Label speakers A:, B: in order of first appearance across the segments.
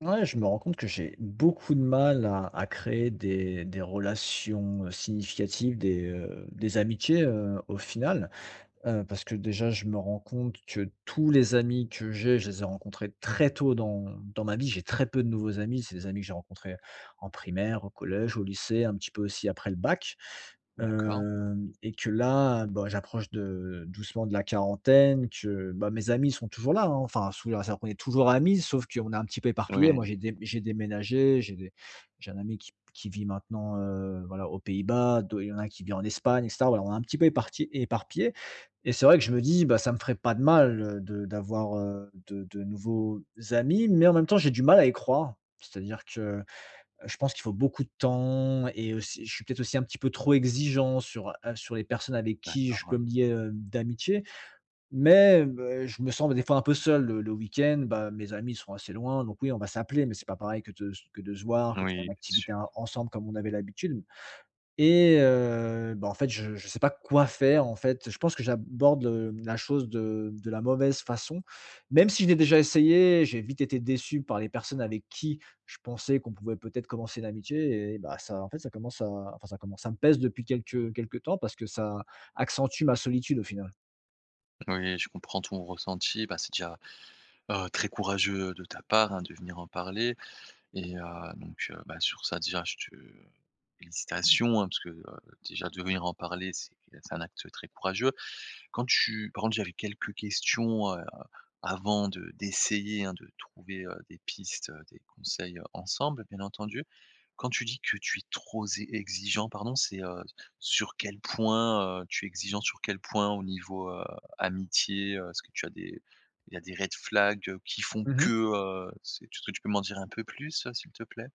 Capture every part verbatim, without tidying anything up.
A: Ouais, je me rends compte que j'ai beaucoup de mal à, à créer des, des relations euh, significatives, des, euh, des amitiés euh, au final. Heu, parce que déjà, je me rends compte que tous les amis que j'ai, je les ai rencontrés très tôt dans dans ma vie. J'ai très peu de nouveaux amis. C'est des amis que j'ai rencontrés en primaire, au collège, au lycée, un petit peu aussi après le bac.
B: D'accord.
A: Hem Et que là, bah, j'approche de doucement de la quarantaine, que, bah, mes amis sont toujours là, hein, enfin sous la on est toujours amis, sauf qu'on est un petit peu éparpillés.
B: Oui,
A: Moi, j'ai dé j'ai déménagé, j'ai des j'ai un ami qui qui vit maintenant, heu, voilà, aux Pays-Bas, d'au il y en a un qui vit en Espagne, et cetera. Voilà, on est un petit peu éparpillés, et c'est vrai que je me dis: «Bah, ça me ferait pas de mal, heu, de d'avoir, heu, de de nouveaux amis», mais en même temps, j'ai du mal à y croire. C'est-à-dire que, heu, je pense qu'il faut beaucoup de temps, et aussi je suis peut-être aussi un petit peu trop exigeant sur, heu, sur les personnes avec qui
B: d'accord,
A: je peux
B: oui.
A: me lier, heu, d'amitié, mais beh, je me sens des fois un peu seul le le week-end. Bah, mes amis sont assez loin, donc oui, on va s'appeler, mais c'est pas pareil que de que de se voir, que de faire une
B: Oui, c'est
A: activité
B: sûr.
A: en ensemble comme on avait l'habitude. Et heu, bah, en fait, je ne sais pas quoi faire, en fait. Je pense que j'aborde, heu, la chose de de la mauvaise façon. Même si je l'ai déjà essayé, j'ai vite été déçu par les personnes avec qui je pensais qu'on pouvait peut-être commencer une amitié, et bah, ça en fait, ça commence à enfin, ça commence, ça me pèse depuis quelque quelque temps parce que ça accentue ma solitude, au final.
B: Oui, je comprends ton ressenti. Bah, c'est déjà, heu, très courageux de ta part, hein, de venir en parler et heu, donc heu, bah, sur ça déjà je te félicitations, hein, parce que, heu, déjà de venir en parler, c'est c'est un acte très courageux. Quand tu par contre, j'avais quelques questions, heu, avant de d'essayer, hein, de trouver, heu, des pistes, heu, des conseils, heu, ensemble, bien entendu. Quand tu dis que tu es trop zé exigeant, pardon, c'est, heu, sur quel point, heu, tu es exigeant sur quel point au niveau, heu, amitié, heu, est-ce que tu as des il y a des red flags, heu, qui font
A: Mmh.
B: que, heu, c'est est-ce que tu peux m'en dire un peu plus, heu, s'il te plaît?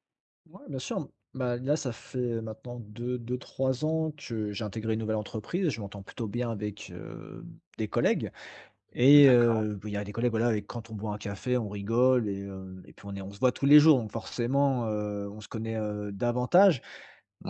A: Ouais, bien sûr. Bah, là, ça fait maintenant deux, deux, trois ans que j'ai intégré une nouvelle entreprise. Je m'entends plutôt bien avec, heu, des collègues. Et
B: D'accord,
A: heu, il y a des collègues, voilà, avec quand on boit un café, on rigole et heu, et puis on est on se voit tous les jours, donc forcément, heu, on se connaît, heu, davantage.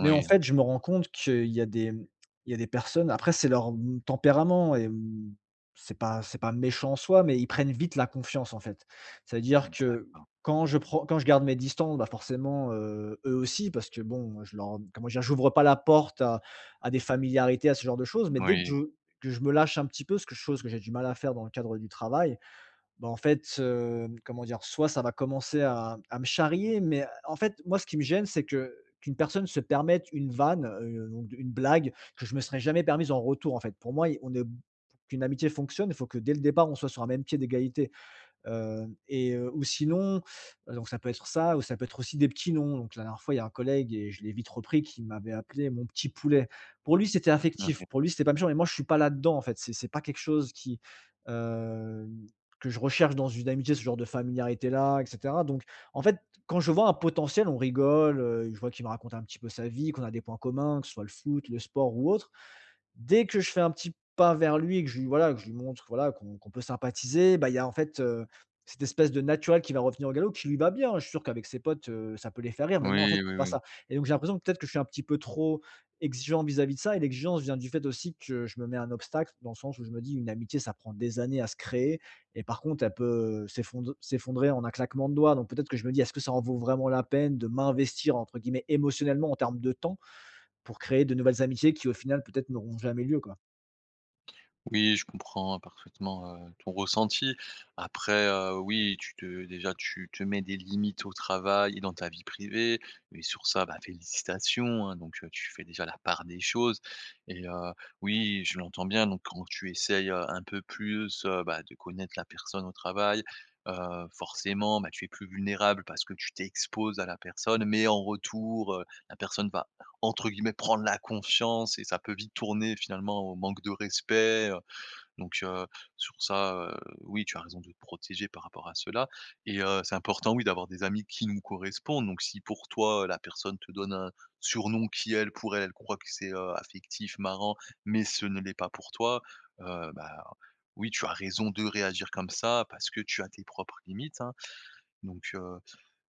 A: Mais en fait, je me rends compte qu'il y a des mmh, il y a des personnes. Après, c'est leur, mmh, tempérament et mmh, c'est pas c'est pas méchant en soi, mais ils prennent vite la confiance, en fait. C'est-à-dire que
B: d'accord,
A: quand je prends quand je garde mes distances, bah, forcément, heu, eux aussi, parce que bon, je leur comment dire? J'ouvre pas la porte à à des familiarités, à ce genre de choses, mais dès que je
B: oui.
A: que je me lâche un petit peu, ce que chose que j'ai du mal à faire dans le cadre du travail, bah, en fait, heu, comment dire? Soit ça va commencer à à me charrier, mais euh, en fait, moi, ce qui me gêne, c'est que qu'une personne se permette une vanne, heu, donc une blague que je me serais jamais permise en retour, en fait. Pour moi, i on est pour qu'une amitié fonctionne, il faut que dès le départ, on soit sur un même pied d'égalité. Heu et heu, ou sinon, heu, donc ça peut être ça, ou ça peut être aussi des petits noms. Donc la dernière fois, il y a un collègue, et je l'ai vite repris, qui m'avait appelé mon petit poulet. Pour lui, c'était affectif,
B: Mmh.
A: pour lui, c'était pas méchant, mais moi je suis pas là-dedans en fait. C'est c'est pas quelque chose qui, hem, que je recherche dans une amitié, ce genre de familiarité-là, et cetera. Donc en fait, quand je vois un potentiel, on rigole, heu, je vois qu'il me raconte un petit peu sa vie, qu'on a des points communs, que ce soit le foot, le sport ou autre. Dès que je fais un petit pas vers lui et que je lui voilà, que je lui montre voilà, qu'on qu'on peut sympathiser, bah, il y a en fait, heu, cette espèce de naturel qui va revenir au galop, qui lui va bien. Je suis sûr qu'avec ses potes, heu, ça peut les faire rire, mais moi, en fait,
B: Oui, oui,
A: c'est pas
B: oui.
A: ça. Et donc j'ai l'impression que peut-être que je suis un petit peu trop exigeant vis-à-vis de ça, et l'exigence vient du fait aussi que je me mets un obstacle, dans le sens où je me dis: «Une amitié, ça prend des années à se créer, et par contre, elle peut, s'effondre s'effondrer en un claquement de doigts». Donc peut-être que je me dis: «Est-ce que ça en vaut vraiment la peine de m'investir, entre guillemets «émotionnellement», en termes de temps?» Pour créer de nouvelles amitiés qui au final peut-être n'auront jamais lieu, quoi.
B: Oui, je comprends, hein, parfaitement, heu, ton ressenti. Après, heu, oui, tu te déjà, tu te mets des limites au travail et dans ta vie privée et sur ça, bah, félicitations, hein, donc heu, tu fais déjà la part des choses et heu, oui, je l'entends bien, donc quand tu essayes, heu, un peu plus, heu, bah, de connaître la personne au travail, heu, forcément, bah, tu es plus vulnérable parce que tu t'exposes à la personne, mais en retour, heu, la personne va entre guillemets «prendre la confiance» et ça peut vite tourner finalement au manque de respect, donc heu, sur ça, heu, oui, tu as raison de te protéger par rapport à cela et heu, c'est important, oui, d'avoir des amis qui nous correspondent. Donc si pour toi, la personne te donne un surnom qui, elle, pour elle, elle croit que c'est, heu, affectif, marrant, mais ce ne l'est pas pour toi, heu, bah, oui, tu as raison de réagir comme ça parce que tu as tes propres limites, hein. Donc heu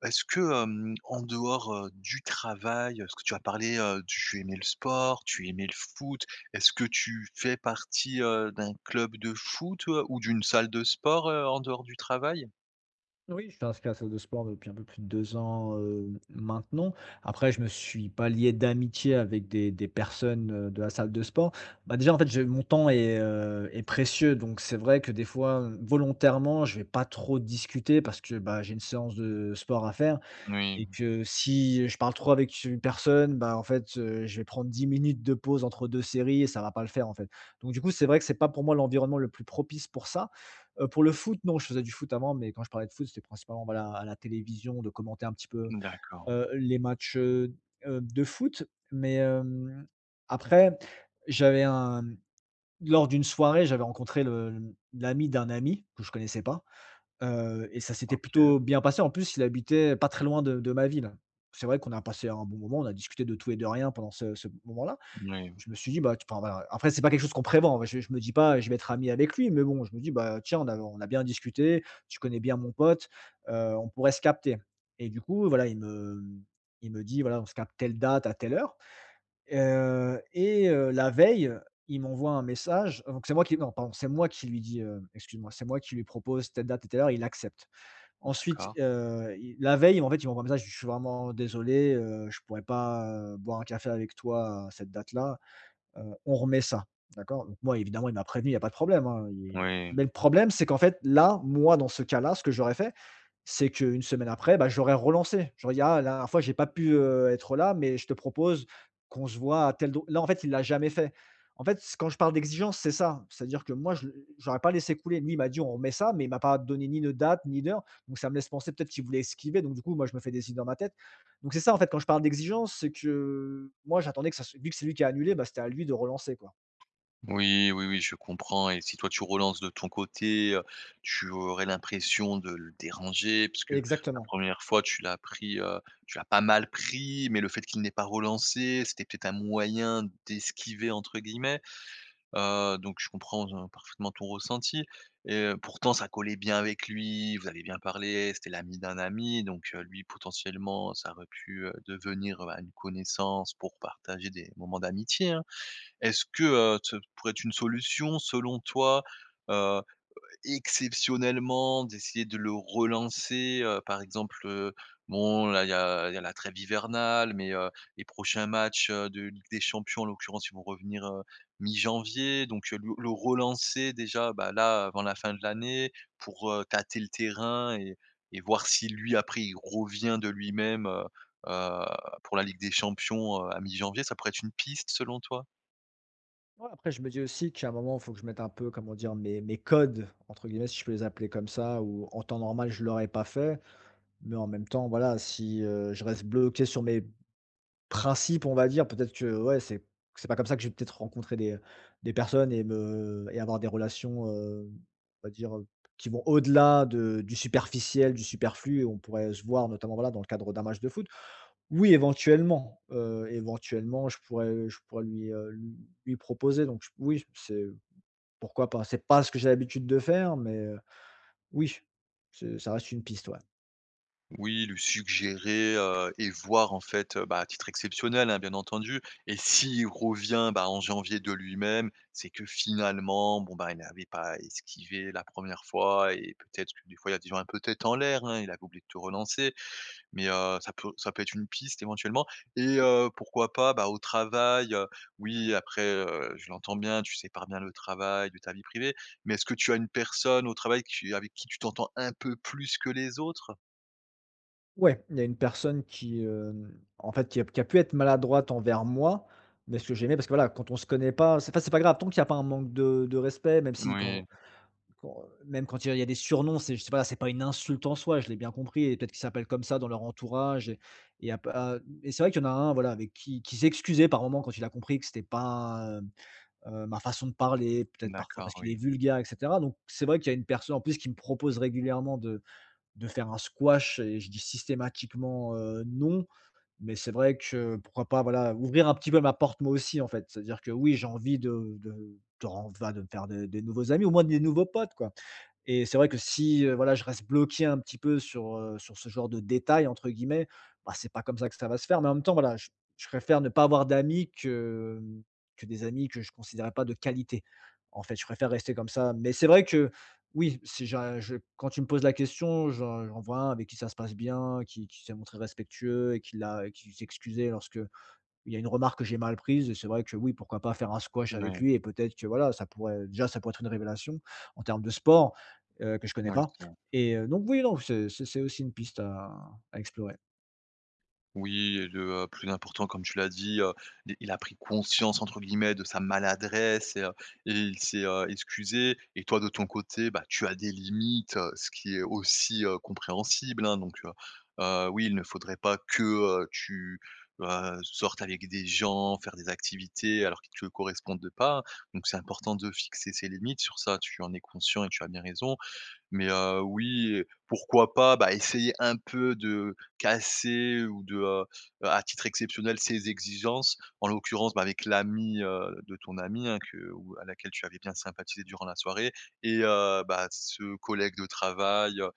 B: est-ce que, hem, en dehors, heu, du travail, ce que tu as parlé, heu, tu aimais le sport, tu aimais le foot. Est-ce que tu fais partie, heu, d'un club de foot, heu, ou d'une salle de sport, heu, en dehors du travail?
A: Oui, je suis inscrit à la salle de sport depuis un peu plus de deux ans, heu, maintenant. Après, je me suis pas lié d'amitié avec des des personnes, heu, de la salle de sport. Bah, déjà en fait, j'ai mon temps est, heu, est précieux, donc c'est vrai que des fois, volontairement, je vais pas trop discuter parce que, bah, j'ai une séance de sport à faire.
B: Oui.
A: Et que si je parle trop avec une personne, bah, en fait, heu, je vais prendre dix minutes de pause entre deux séries, et ça va pas le faire, en fait. Donc du coup, c'est vrai que c'est pas pour moi l'environnement le plus propice pour ça. Heu, pour le foot, non, je faisais du foot avant, mais quand je parlais de foot, c'était principalement, voilà, à la télévision, de commenter un petit peu,
B: D'accord.
A: heu, les matchs, heu heu, de foot. Mais, hem, après, j'avais un lors d'une soirée, j'avais rencontré le l'ami d'un ami que je connaissais pas. Heu et ça s'était
B: OK.
A: plutôt bien passé. En plus, il habitait pas très loin de de ma ville. C'est vrai qu'on a passé un bon moment, on a discuté de tout et de rien pendant ce ce moment-là.
B: Oui.
A: Je me suis dit: «Bah, tu enfin, voilà». Après, c'est pas quelque chose qu'on prévoit, hein. je je me dis pas: «Je vais être ami avec lui», mais bon, je me dis: «Bah, tiens, on a on a bien discuté, tu connais bien mon pote, heu, on pourrait se capter». Et du coup, voilà, il me il me dit: «Voilà, on se capte telle date à telle heure». Heu et heu, la veille, il m'envoie un message, donc c'est moi qui non, pardon, c'est moi qui lui dis, heu, excuse-moi, c'est moi qui lui propose telle date et telle heure, il accepte. Ensuite,
B: D'accord.
A: heu, il la veille, en fait, il m'envoie un message: «Je suis vraiment désolé, heu, je pourrais pas, heu, boire un café avec toi à cette date-là». Heu, on remet ça, d'accord? Donc moi, évidemment, il m'a prévenu, il y a pas de problème, hein. il
B: Oui.
A: Mais le problème, c'est qu'en fait, là, moi, dans ce cas-là, ce que j'aurais fait, c'est qu'une semaine après, bah, j'aurais relancé. J'aurais dit: «Ah, la dernière fois, j'ai pas pu, heu, être là, mais je te propose qu'on se voit à tel do» là, en fait, il l'a jamais fait. En fait, c quand je parle d'exigence, c'est ça. C'est-à-dire que moi, je le j'aurais pas laissé couler. Lui, il m'a dit: «On remet ça», mais il m'a pas donné ni de date, ni d'heure, donc ça me laisse penser peut-être qu'il voulait esquiver, donc du coup, moi, je me fais des idées dans ma tête. Donc c'est ça, en fait, quand je parle d'exigence, c'est que moi, j'attendais que ça se vu que c'est lui qui a annulé, bah, c'était à lui de relancer, quoi.
B: Oui, oui, oui, je comprends. Et si toi tu relances de ton côté, heu, tu aurais l'impression de le déranger, parce que la
A: Exactement.
B: première fois tu l'as pris, heu, tu l'as pas mal pris, mais le fait qu'il n'ait pas relancé, c'était peut-être un moyen «d'esquiver» entre guillemets. Heu, donc je comprends, heu, parfaitement ton ressenti et heu, pourtant ça collait bien avec lui, vous avez bien parlé, c'était l'ami d'un ami, donc heu, lui potentiellement ça aurait pu, heu, devenir, heu, bah, une connaissance pour partager des moments d'amitié, hein. Est-ce que, heu, ce pourrait être une solution selon toi, heu, exceptionnellement d'essayer de le relancer, heu, par exemple, heu, bon là il y a il y a la trêve hivernale, mais, heu, les prochains matchs, heu, de Ligue des Champions en l'occurrence ils vont revenir, heu, mi-janvier donc, heu, le le relancer déjà, bah, là avant la fin de l'année pour, heu, tâter le terrain et et voir si lui après il revient de lui-même, heu heu, pour la Ligue des Champions, heu, à mi-janvier, ça pourrait être une piste selon toi?
A: Ouais, après, je me dis aussi qu'à un moment, il faut que je mette un peu, comment dire, mes mes «codes», entre guillemets, si je peux les appeler comme ça, ou en temps normal, je ne l'aurais pas fait. Mais en même temps, voilà, si, heu, je reste bloqué sur mes principes, on va dire, peut-être que, ouais, c'est c'est pas comme ça que je vais peut-être rencontrer des, des personnes, et me et avoir des relations, heu, on va dire, heu, qui vont au-delà de du superficiel, du superflu, et on pourrait se voir notamment, voilà, dans le cadre d'un match de foot. Oui, éventuellement, heu, éventuellement, je pourrais, je pourrais lui, heu, lui lui proposer, donc j oui, c'est pourquoi pas. C'est pas ce que j'ai l'habitude de faire, mais, heu, oui, c'est ça reste une piste, ouais.
B: Oui, lui suggérer, heu et voir en fait, heu, bah, à titre exceptionnel, hein, bien entendu et s'il revient, bah, en janvier de lui-même, c'est que finalement, bon, bah, il n'avait pas esquivé la première fois et peut-être que des fois, il y a des gens un peu tête en l'air, hein, il avait oublié de te relancer mais heu, ça peut ça peut être une piste éventuellement et heu, pourquoi pas, bah, au travail, heu, oui, après, heu, je l'entends bien, tu sépares bien le travail de ta vie privée mais est-ce que tu as une personne au travail qui avec qui tu t'entends un peu plus que les autres?
A: Ouais, il y a une personne qui, hem, en fait, qui a qui a pu être maladroite envers moi, mais ce que j'aimais, parce que voilà, quand on se connaît pas, c'est pas c'est pas grave, tant qu'il y a pas un manque de de respect, même si quand
B: Oui.
A: quand, euh, même quand il y a des surnoms, c'est, je sais pas, c'est pas une insulte en soi, je l'ai bien compris, et peut-être qu'ils s'appellent comme ça dans leur entourage, et et à pas et c'est vrai qu'il y en a un, voilà, avec qui qui s'excusait par moment quand il a compris que c'était pas, hem, heu, ma façon de parler, peut-être parfois
B: D'accord,
A: parce qu'il est
B: oui.
A: vulgaire, et cetera. Donc c'est vrai qu'il y a une personne en plus qui me propose régulièrement de de faire un squash, et je dis systématiquement, heu, non. Mais c'est vrai que pourquoi pas, voilà, ouvrir un petit peu ma porte moi aussi, en fait. C'est-à-dire que oui, j'ai envie de de de ren va de me faire des des nouveaux amis, au moins des nouveaux potes, quoi. Et c'est vrai que si, heu, voilà, je reste bloqué un petit peu sur, heu, sur ce genre de détails entre guillemets, bah, c'est pas comme ça que ça va se faire. Mais en même temps, voilà, je je préfère ne pas avoir d'amis que, que des amis que je ne considérais pas de qualité. En fait, je préfère rester comme ça. Mais c'est vrai que oui, si je je quand tu me poses la question, j'en j'en vois un avec qui ça se passe bien, qui qui s'est montré respectueux, et qui l'a qui s'excusait lorsque il y a une remarque que j'ai mal prise. C'est vrai que oui, pourquoi pas faire un squash avec
B: Oui,
A: lui, et peut-être que voilà, ça pourrait déjà ça pourrait être une révélation en termes de sport, heu, que je connais
B: oui,
A: pas,
B: c'est vrai.
A: et heu, donc oui, non, c'est c'est c'est aussi une piste à à explorer.
B: Oui et le, heu, plus important comme tu l'as dit, heu, il il a pris «conscience» entre guillemets de sa maladresse et heu, et il s'est, heu, excusé et toi de ton côté, bah, tu as des limites, heu, ce qui est aussi, heu, compréhensible, hein, donc heu, heu, oui, il ne faudrait pas que, heu, tu, heu, sortes avec des gens, faire des activités alors qui te correspondent pas, hein. Donc c'est important de fixer ses limites sur ça, tu en es conscient et tu as bien raison. Mais heu, oui, pourquoi pas, bah, essayer un peu de casser ou de, heu, à titre exceptionnel, ces exigences. En l'occurrence, bah, avec l'ami heu, de ton ami, hein, que ou à laquelle tu avais bien sympathisé durant la soirée et heu, bah, ce collègue de travail, heu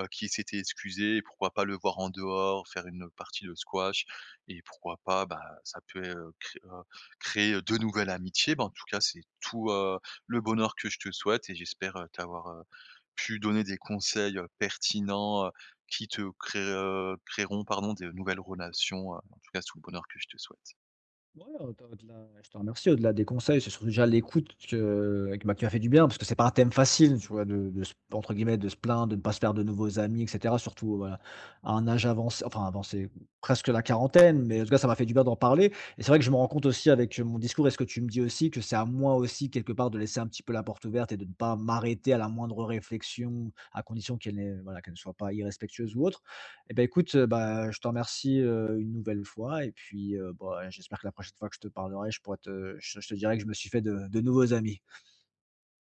B: heu, qui s'était excusé et pourquoi pas le voir en dehors, faire une partie de squash et pourquoi pas, bah, ça peut, heu, cré heu, créer de nouvelles amitiés. Bah, en tout cas, c'est tout, heu, le bonheur que je te souhaite et j'espère, heu, t'avoir, heu pu donner des conseils, heu, pertinents, heu, qui te cré heu, créeront, pardon, des nouvelles relations, heu, en tout cas, c'est tout le bonheur que je te souhaite.
A: Ouais, au au-delà je te remercie. Au-delà des conseils, c'est surtout déjà l'écoute que qui m'a qui m'a fait du bien, parce que c'est pas un thème facile, tu vois? De de se Entre guillemets, «de se plaindre», de ne pas se faire de nouveaux amis, et cetera. Surtout, euh, voilà, à un âge avancé, enfin avancé, presque la quarantaine, mais en tout cas, ça m'a fait du bien d'en parler. Et c'est vrai que je me rends compte aussi, avec mon discours et ce que tu me dis aussi, que c'est à moi aussi, quelque part, de laisser un petit peu la porte ouverte et de ne pas m'arrêter à la moindre réflexion, à condition qu'elle n'ait voilà, qu'elle ne soit pas irrespectueuse ou autre. Eh ben, écoute, heu, bah, je te remercie, heu, une nouvelle fois, et puis, heu, bah, j'espère que la prochaine fois que je te parlerai, je pourrais te je je te dirai que je me suis fait de de nouveaux amis.